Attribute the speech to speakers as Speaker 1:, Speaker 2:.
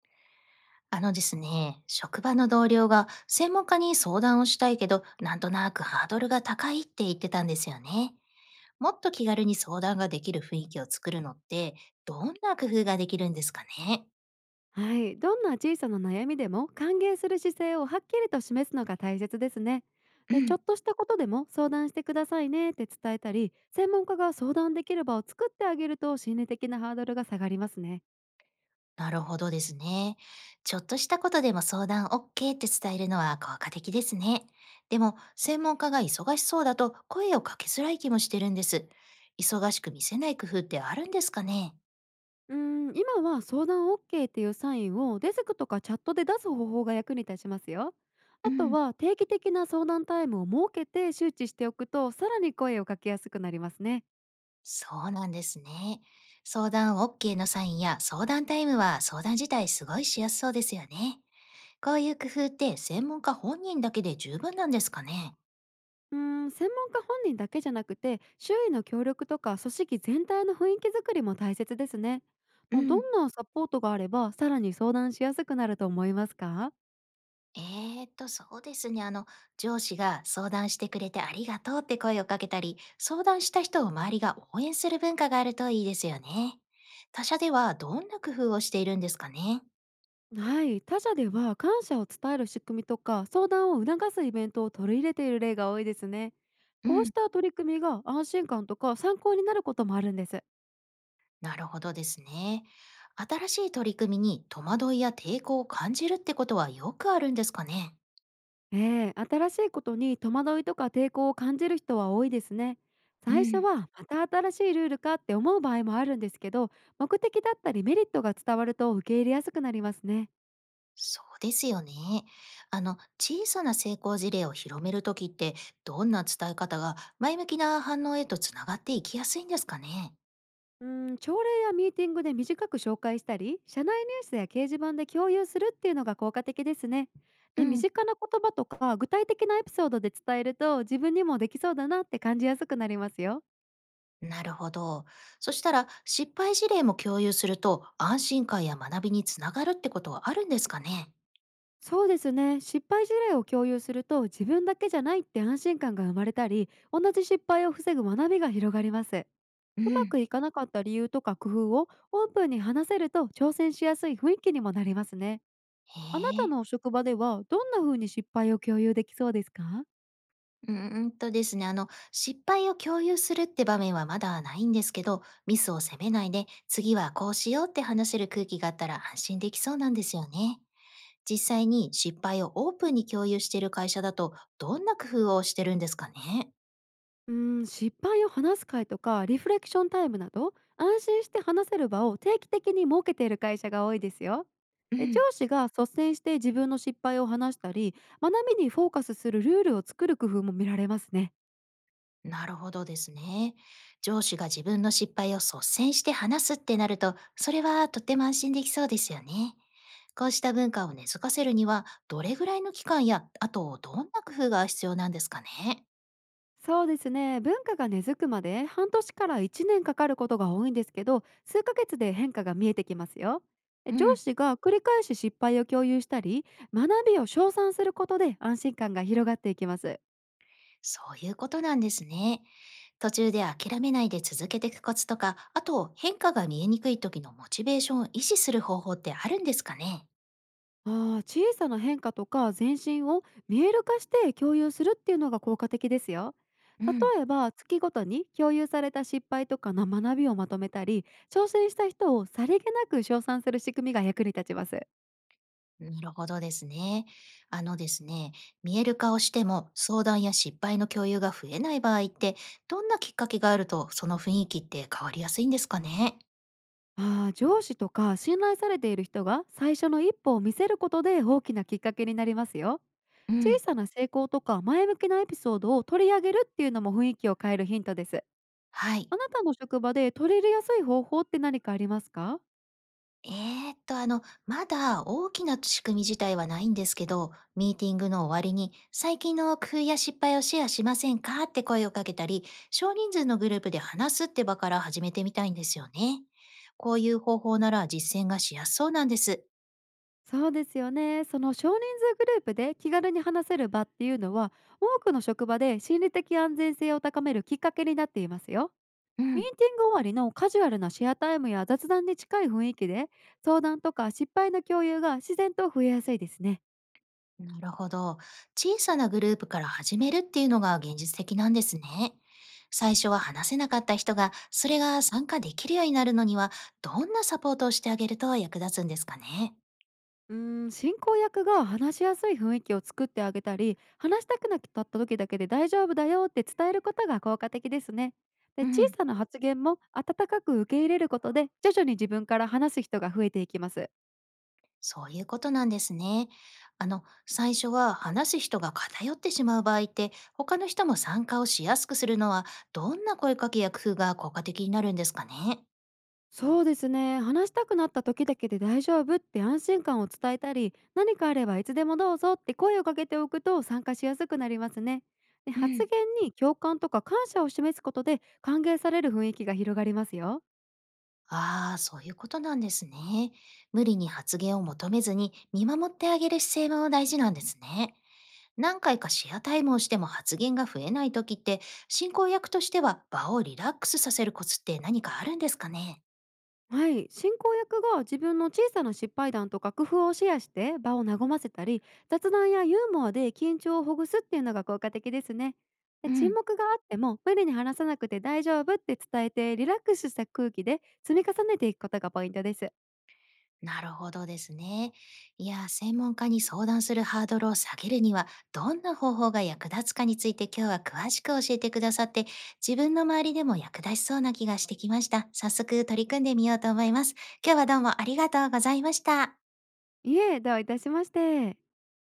Speaker 1: あのですね、職場の同僚が専門家に相談をしたいけど、なんとなくハードルが高いって言ってたんですよね。もっと気軽に相談ができる雰囲気を作るのって、どんな工夫ができるんですかね？
Speaker 2: はい、どんな小さな悩みでも歓迎する姿勢をはっきりと示すのが大切ですね。
Speaker 1: う
Speaker 2: でちょ
Speaker 1: ん。
Speaker 2: っとしたことでも相談してくださいねって伝えたり、専門家が相談できる場を作ってあげると心理的なハードルが下がりますね。
Speaker 1: なるほどですね。ちょっとしたことでも相談 OK って伝えるのは効果的ですね。でも、専門家が忙しそうだと声をかけづらい気もしてるんです。忙しく見せない工夫ってあるんですかね？
Speaker 2: 今は相談 OK っていうサインをデスクとかチャットで出す方法が役に立ちますよ。
Speaker 1: う
Speaker 2: あと
Speaker 1: ん。
Speaker 2: は定期的な相談タイムを設けて周知しておくと、さらに声をかけやすくなりますね。
Speaker 1: そうなんですね。相談 OK のサインや相談タイムは相談自体すごいしやすそうですよね。こういう工夫って専門家本人だけで十分なんですかね？
Speaker 2: うー専門家本人だけじゃなくて、周囲の協力とか組織全体の雰囲気づくりも大切ですね。
Speaker 1: う
Speaker 2: もうど
Speaker 1: ん、
Speaker 2: んなサポートがあればさらに相談しやすくなると思いますか？
Speaker 1: えそうですね。上司が相談してくれてありがとうって声をかけたり、相談した人を周りが応援する文化があるといいですよね。他社ではどんな工夫をしているんですかね？
Speaker 2: はい、他社では感謝を伝える仕組みとか相談を促すイベントを取り入れている例が多いですね。
Speaker 1: う
Speaker 2: こう
Speaker 1: ん。
Speaker 2: した取り組みが安心感とか参考になることもあるんです。
Speaker 1: なるほどですね。新しい取り組みに戸惑いや抵抗を感じるってことはよくあるんですかね？
Speaker 2: ええ、新しいことに戸惑いとか抵抗を感じる人は多いですね。
Speaker 1: う
Speaker 2: 最初
Speaker 1: ん、
Speaker 2: はまた新しいルールかって思う場合もあるんですけど、目的だったりメリットが伝わると受け入れやすくなりますね。
Speaker 1: そうですよね。小さな成功事例を広めるときって、どんな伝え方が前向きな反応へとつながっていきやすいんですかね？
Speaker 2: うん、朝礼やミーティングで短く紹介したり、社内ニュースや掲示板で共有するっていうのが効果的ですね。
Speaker 1: う
Speaker 2: で、身
Speaker 1: ん、
Speaker 2: 近な言葉とか具体的なエピソードで伝えると、自分にもできそうだなって感じやすくなりますよ。
Speaker 1: なるほど。そしたら、失敗事例も共有すると、安心感や学びにつながるってことはあるんですかね？
Speaker 2: そうですね。失敗事例を共有すると自分だけじゃないって安心感が生まれたり、同じ失敗を防ぐ学びが広がります。
Speaker 1: う
Speaker 2: うま
Speaker 1: ん。
Speaker 2: くいかなかった理由とか工夫をオープンに話せると、挑戦しやすい雰囲気にもなりますね。
Speaker 1: へ
Speaker 2: あなた
Speaker 1: え。
Speaker 2: のお職場ではどんな風に失敗を共有できそうですか？
Speaker 1: うーんとですね、失敗を共有するって場面はまだないんですけど、ミスを責めないで、次はこうしようって話せる空気があったら安心できそうなんですよね。実際に失敗をオープンに共有している会社だと、どんな工夫をしてるんですかね。
Speaker 2: 失敗を話す会とかリフレクションタイムなど、安心して話せる場を定期的に設けている会社が多いですよ。
Speaker 1: う
Speaker 2: で上
Speaker 1: ん。
Speaker 2: 司が率先して自分の失敗を話したり、学びにフォーカスするルールを作る工夫も見られますね。
Speaker 1: なるほどですね。上司が自分の失敗を率先して話すってなると、それはとても安心できそうですよね。こうした文化を根付かせるには、どれぐらいの期間や、あとどんな工夫が必要なんですかね。
Speaker 2: そうですね。文化が根付くまで半年から1年かかることが多いんですけど、数ヶ月で変化が見えてきますよ。で
Speaker 1: う
Speaker 2: 上
Speaker 1: ん、
Speaker 2: 司が繰り返し失敗を共有したり、学びを称賛することで安心感が広がっていきます。
Speaker 1: そういうことなんですね。途中で諦めないで続けていくコツとか、あと変化が見えにくい時のモチベーションを維持する方法ってあるんですかね。
Speaker 2: ああ、小さな変化とか全身を見える化して共有するっていうのが効果的ですよ。
Speaker 1: うん。
Speaker 2: 例えば月ごとに共有された失敗とかの学びをまとめたり、挑戦した人をさりげなく称賛する仕組みが役に立ちます。
Speaker 1: なるほどですね。あのですね、見える化をしても相談や失敗の共有が増えない場合って、どんなきっかけがあるとその雰囲気って変わりやすいんですかね？
Speaker 2: ああ、上司とか信頼されている人が最初の一歩を見せることで大きなきっかけになりますよ。
Speaker 1: う
Speaker 2: 小
Speaker 1: ん、
Speaker 2: さな成功とか前向きなエピソードを取り上げるっていうのも、雰囲気を変えるヒントです。
Speaker 1: はい。
Speaker 2: あなたの職場で取り入れやすい方法って何かありますか？
Speaker 1: えまだ大きな仕組み自体はないんですけど、ミーティングの終わりに、最近の工夫や失敗をシェアしませんかって声をかけたり、少人数のグループで話すって場から始めてみたいんですよね。こういう方法なら実践がしやすそうなんです。
Speaker 2: そうですよね。その少人数グループで気軽に話せる場っていうのは、多くの職場で心理的安全性を高めるきっかけになっていますよ。
Speaker 1: う
Speaker 2: ミー
Speaker 1: ん、
Speaker 2: ティング終わりのカジュアルなシェアタイムや雑談に近い雰囲気で、相談とか失敗の共有が自然と増えやすいですね。
Speaker 1: なるほど。小さなグループから始めるっていうのが現実的なんですね。最初は話せなかった人が、それが参加できるようになるのには、どんなサポートをしてあげると役立つんですかね。
Speaker 2: 進行役が話しやすい雰囲気を作ってあげたり、話したくなった時だけで大丈夫だよって伝えることが効果的ですね。で
Speaker 1: う
Speaker 2: 小
Speaker 1: ん、
Speaker 2: さな発言も温かく受け入れることで、徐々に自分から話す人が増えていきます。
Speaker 1: そういうことなんですね。最初は話す人が偏ってしまう場合って、他の人も参加をしやすくするのは、どんな声かけや工夫が効果的になるんですかね。
Speaker 2: そうですね。話したくなった時だけで大丈夫って安心感を伝えたり、何かあればいつでもどうぞって声をかけておくと参加しやすくなりますね。で
Speaker 1: う
Speaker 2: 発言
Speaker 1: ん。
Speaker 2: に共感とか感謝を示すことで、歓迎される雰囲気が広がりますよ。
Speaker 1: ああ、そういうことなんですね。無理に発言を求めずに見守ってあげる姿勢も大事なんですね。何回かシェアタイムをしても発言が増えない時って、進行役としては場をリラックスさせるコツって何かあるんですかね？
Speaker 2: はい、進行役が自分の小さな失敗談とか工夫をシェアして場を和ませたり、雑談やユーモアで緊張をほぐすっていうのが効果的ですね。で
Speaker 1: う
Speaker 2: 沈
Speaker 1: ん。
Speaker 2: 黙があっても無理に話さなくて大丈夫って伝えて、リラックスした空気で積み重ねていくことがポイントです。
Speaker 1: なるほどですね。いや、専門家に相談するハードルを下げるには、どんな方法が役立つかについて今日は詳しく教えてくださって、自分の周りでも役立ちそうな気がしてきました。早速取り組んでみようと思います。今日はどうもありがとうございました。
Speaker 2: いえ、どういたしまして。